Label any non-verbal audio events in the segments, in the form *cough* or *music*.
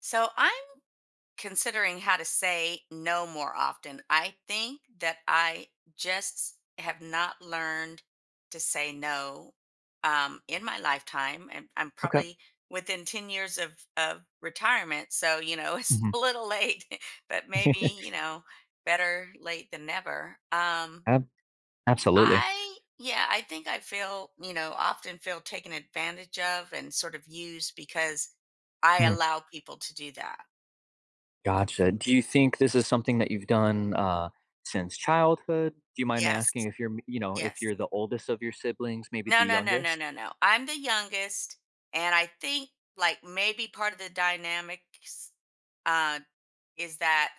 So I'm considering how to say no more often. I think that I just have not learned to say no in my lifetime, and I'm Okay. probably within 10 years of retirement. So you know, *laughs* it's Mhm. a little late, *laughs* but maybe you *laughs* know, better late than never. Ab absolutely. I think I feel you know often feel taken advantage of and sort of used because I Mm, allow people to do that. gotcha. Do you think this is something that you've done, since childhood? Do you mind me asking Yes. if you're, you know, if Yes. you're the oldest of your siblings, maybe the No, no, no, no, youngest? no, no. I'm the youngest, and I think like maybe part of the dynamics uh, is that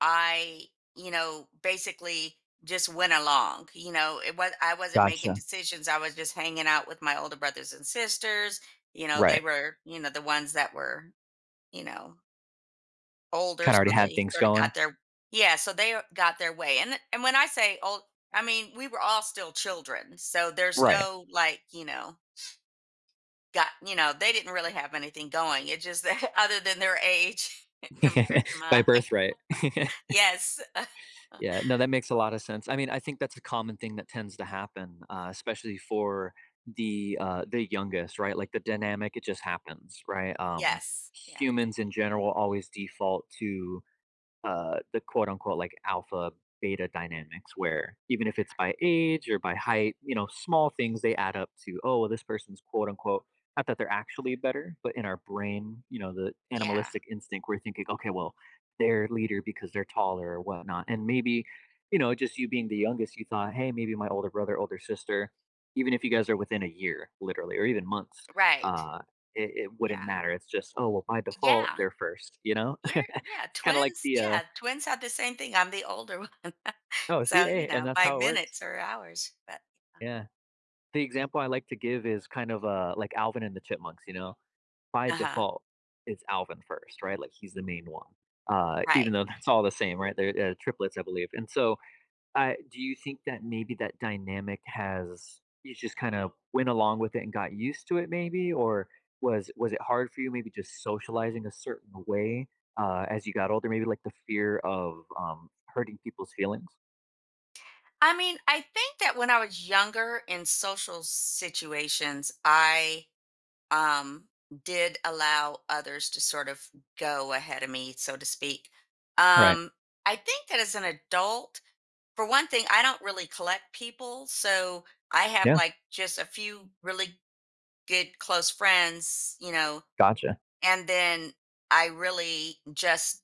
I, you know, basically just went along. You know, it was I wasn't making Gotcha. decisions. I was just hanging out with my older brothers and sisters. You know, they Right. were, you know, the ones that were, you know, older, Kinda already so had they things sort of going. got their yeah, so they got their way, and when I say old, I mean, we were all still children, so there's Right. no, like, you know, got you know, they didn't really have anything going, it just that *laughs* other than their age *laughs* compared to *laughs* By mine. *laughs* birthright. *laughs* Yes, Yeah, no, that makes a lot of sense. I mean, I think that's a common thing that tends to happen, especially for the youngest, right? Like, the dynamic, it just happens, right? Yes, yes. Humans in general always default to the quote unquote like alpha beta dynamics where even if it's by age or by height, you know, small things they add up to, oh, well, this person's quote unquote, not that they're actually better, but in our brain, you know, the Yeah, animalistic instinct, we're thinking, okay, well, they're leader because they're taller or whatnot. And maybe, you know, just you being the youngest, you thought, hey, maybe my older brother, older sister, even if you guys are within a year, literally, or even months, right, uh, it wouldn't yeah. matter. It's just, oh, well, by default, Yeah, they're first, you know? *laughs* you're it's kind of like the yeah, twins had the same thing, I'm the older one. *laughs* Oh, see, So, you hey, and know, that's by how it works. minutes or hours, but Yeah. The example I like to give is kind of like Alvin and the Chipmunks, you know. By uh-huh, default, it's Alvin first, right? Like he's the main one. Right. Even though *laughs* that's all the same, right? They're triplets, I believe. And so, do you think that maybe that dynamic has you just kind of went along with it and got used to it, maybe, or was it hard for you, maybe just socializing a certain way as you got older? Maybe like the fear of hurting people's feelings. I mean, I think that when I was younger in social situations, I um did allow others to sort of go ahead of me, so to speak. Right. Um I think that as an adult, for one thing, I don't really collect people, so I have Yeah. like just a few really good close friends, you know, Gotcha. and then I really just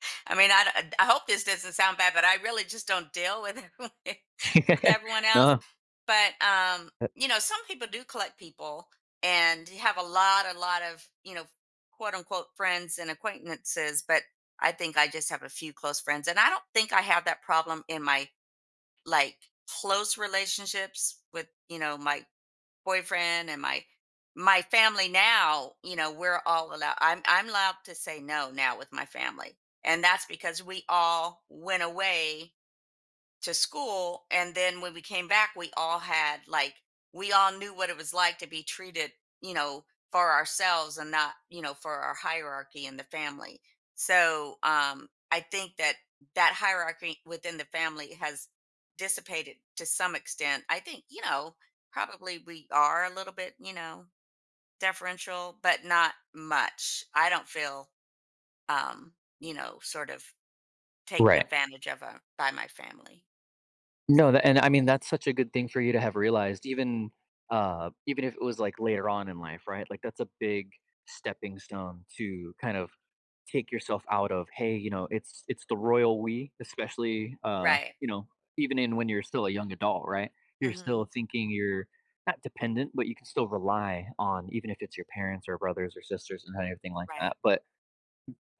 *laughs* I mean, I hope this doesn't sound bad, but I really just don't deal with *laughs* *laughs* everyone else No. but Uh, you know some people do collect people and have a lot of you know quote unquote friends and acquaintances but I think I just have a few close friends and I don't think I have that problem in my like close relationships with you know my boyfriend and my family. Now you know we're all allowed, I'm allowed to say no now with my family, and that's because we all went away to school, and then when we came back we all had like we all knew what it was like to be treated, you know, for ourselves and not you know for our hierarchy in the family. So I think that that hierarchy within the family has dissipated to some extent. I think you know probably we are a little bit you know deferential but not much. I don't feel um you know sort of taken right. advantage of by my family. No, tha and I mean, that's such a good thing for you to have realized even, even if it was, like, later on in life, right? Like, that's a big stepping stone to kind of take yourself out of, "Hey, you know, it's the royal we," especially, Right. you know, even in when you're still a young adult, right? You're still Hmm. thinking you're not dependent, but you can still rely on even if it's your parents or brothers or sisters and everything like that, Right, but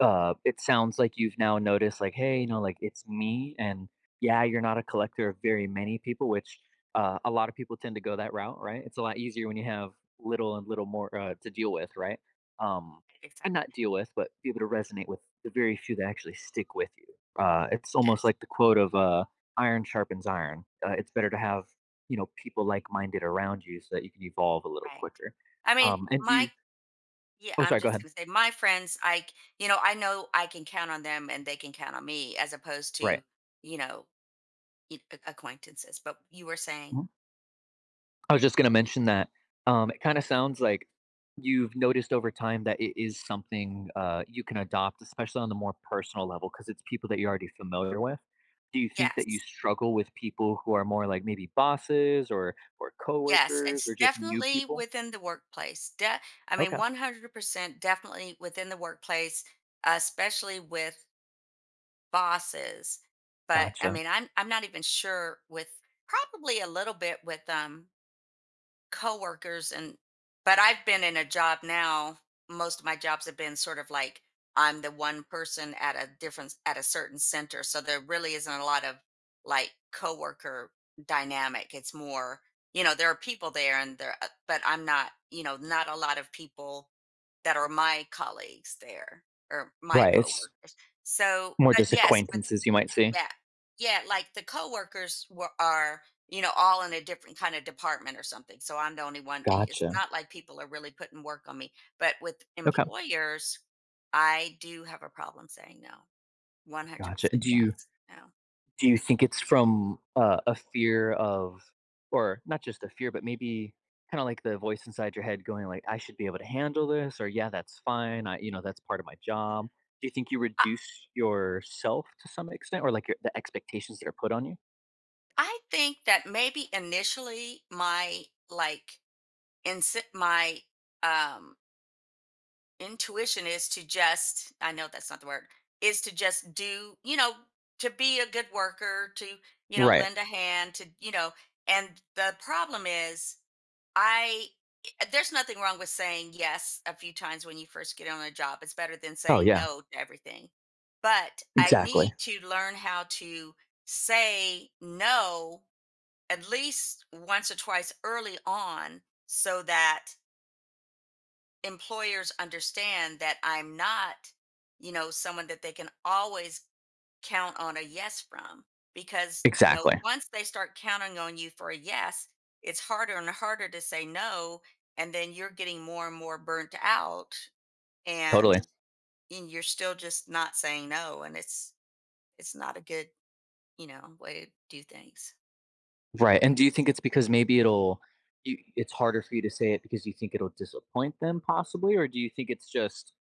it sounds like you've now noticed like, hey, you know, like it's me, and yeah, you're not a collector of very many people, which a lot of people tend to go that route, right? It's a lot easier when you have little and little more to deal with, right? Um, and not exactly, deal with, but be able to resonate with the very few that actually stick with you. It's almost like the quote of "iron sharpens iron." It's better to have you know people like-minded around you so that you can evolve a little right. quicker. I mean, And do my you? yeah, Oh, I'm sorry. Go just ahead. gonna say my friends, I c you know I can count on them and they can count on me as opposed to, Right. you know, y a acquaintances, but you were saying I was just gonna mention that, it kinda sounds like you've noticed over time that it is something, you can adopt, especially on the more personal level, because it's people that you're already familiar with. Do you think that you yes, struggle with people who are more like maybe bosses or yes, coworkers or it's just new definitely people? within the workplace, de I mean, Okay, 100% definitely within the workplace, especially with bosses, but, I gotcha. mean, I'm not even sure with probably a little bit with, coworkers and but I've been in a job now, most of my jobs have been sort of like I'm the one person at a different at a certain center. So there really isn't a lot of like coworker dynamic. It's more, you know, there are people there and there but I'm not, you know, not a lot of people that are my colleagues there or my Right, it's coworkers. So, more but just yes, with acquaintances you might see. yeah. Yeah, like the coworkers were are, you know, all in a different kind of department or something. So I'm the only one. It's Gotcha. not like people are really putting work on me. But with Okay, employers, I do have a problem saying no. gotcha. 100% yes. No. Do you think it's from, a fear of or not just a fear, but maybe kinda like the voice inside your head going like, "I should be able to handle this," or, "Yeah, that's fine. I you know, that's part of my job." Do you think you I, reduce yourself to some extent or like your the expectations that are put on you? I think that maybe initially my like in my um intuition is to just I know that's not the word, is to just do, you know, to be a good worker, to, you know, Right. lend a hand, to, you know, and the problem is I there's nothing wrong with saying yes a few times when you first get on a job. It's better than Oh, saying yeah. no to everything. But I need Exactly. to learn how to say no at least once or twice early on so that employers understand that I'm not, you know, someone that they can always count on a yes from. Because, you know, Exactly. once they start counting on you for a yes, it's harder and harder to say no. And then you're getting more and more burnt out and, Totally. and you're still just not saying no. And it's not a good, you know, way to do things. Right, and do you think it's because maybe it'll you it's harder for you to say it because you think it'll disappoint them possibly, or do you think it's just,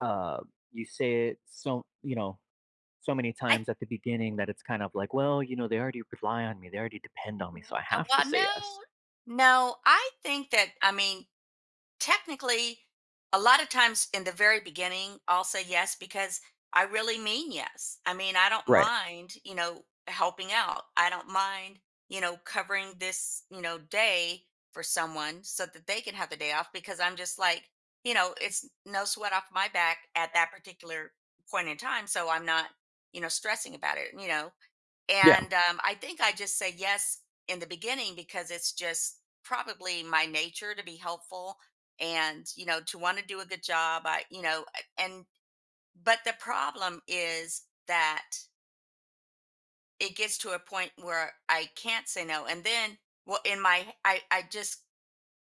uh, you say it so you know, so many I times at the beginning that it's kind of like, well, you know, they already rely on me. They already depend on me. So I have to well, say no, yes. no, I think that, I mean, technically, a lot of times in the very beginning, I'll say yes because I really mean yes. I mean, I don't Right. mind, you know, helping out. I don't mind, you know, covering this, you know, day for someone so that they can have the day off, because I'm just like, you know, it's no sweat off my back at that particular point in time. So I'm not, you know, stressing about it, you know. Yeah. And I think I just say yes in the beginning because it's just probably my nature to be helpful and, you know, to want to do a good job. I, you know, and, but the problem is that it gets to a point where I can't say no. And then, well, in my, I just,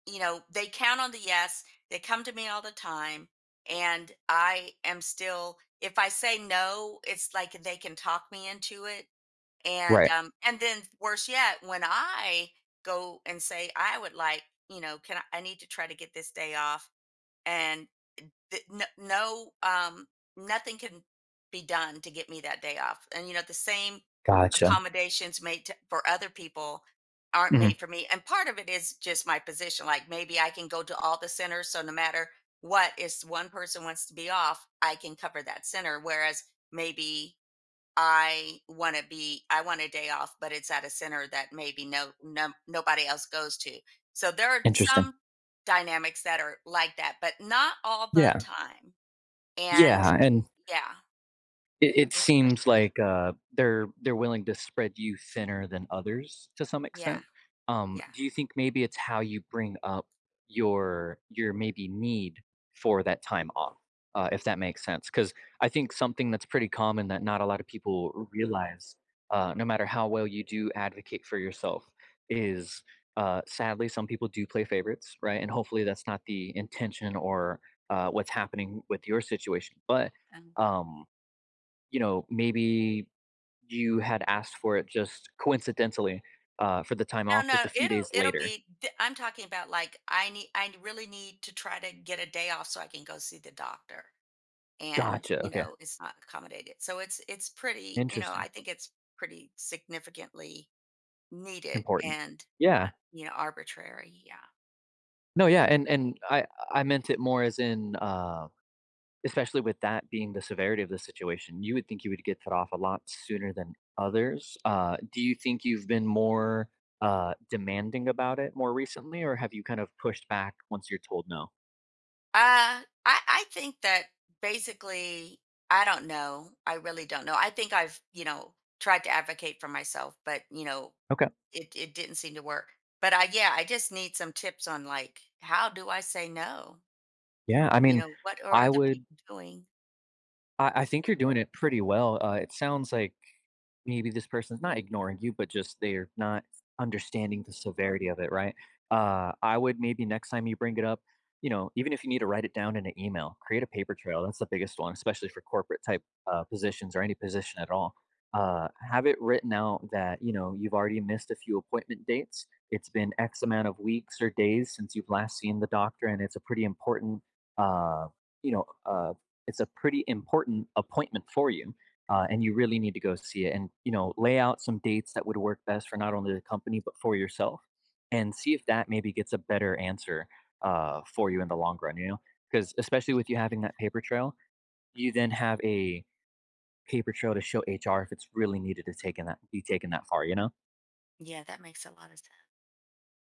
you know, they count on the yes. They come to me all the time. And I am still, if I say no, it's like they can talk me into it, and Right. um and then worse yet, when I go and say I would like, you know, I need to try to get this day off and no, no, nothing can be done to get me that day off. And you know, the same Gotcha. accommodations made to, for other people aren't Mhm. made for me. And part of it is just my position. Like maybe I can go to all the centers, so no matter what, if one person wants to be off, I can cover that center, whereas maybe I want to be, I want a day off, but it's at a center that maybe no, no nobody else goes to. So there are Interesting. some dynamics that are like that, but not all the Yeah. time. And Yeah. And yeah, it it's seems frustrating. like, they're willing to spread you thinner than others to some Yeah, extent. Yeah. Do you think maybe it's how you bring up your maybe need for that time off, if that makes sense? Because I think something that's pretty common that not a lot of people realize, no matter how well you do advocate for yourself, is, sadly, some people do play favorites, right? And hopefully that's not the intention or, what's happening with your situation, but, Um, um you know, maybe you had asked for it just coincidentally for the time no, off just no, a few it'll days it'll later. be. I'm talking about like I need, I really need to try to get a day off so I can go see the doctor, and Gotcha. you Okay. know it's not accommodated. So it's pretty, you know, Interesting. I think it's pretty significantly needed Important. and Yeah. not, you know, arbitrary, yeah. No. Yeah. And I meant it more as in especially with that being the severity of the situation, you would think you would get that off a lot sooner than others. Do you think you've been more demanding about it more recently, or have you kind of pushed back once you're told no? I think that basically I don't know, I really don't know. I think I've, you know, tried to advocate for myself, but, you know, Okay. it didn't seem to work. But I just need some tips on, like, how do I say no? Yeah. I You mean, know, what are I other would. people doing? I think you're doing it pretty well, it sounds like, maybe this person's not ignoring you, but just they're not understanding the severity of it, right? I would maybe next time you bring it up, you know, even if you need to write it down in an email, create a paper trail. That's the biggest one, especially for corporate type positions or any position at all. Have it written out that, you know, you've already missed a few appointment dates. It's been X amount of weeks or days since you've last seen the doctor, and it's a pretty important, uh, you know, it's a pretty important appointment for you and you really need to go see it, and you know, lay out some dates that would work best for not only the company but for yourself, and see if that maybe gets a better answer for you in the long run, you know, because especially with you having that paper trail, you then have a paper trail to show HR if it's really needed to take in that be taken that far, you know. Yeah, that makes a lot of sense.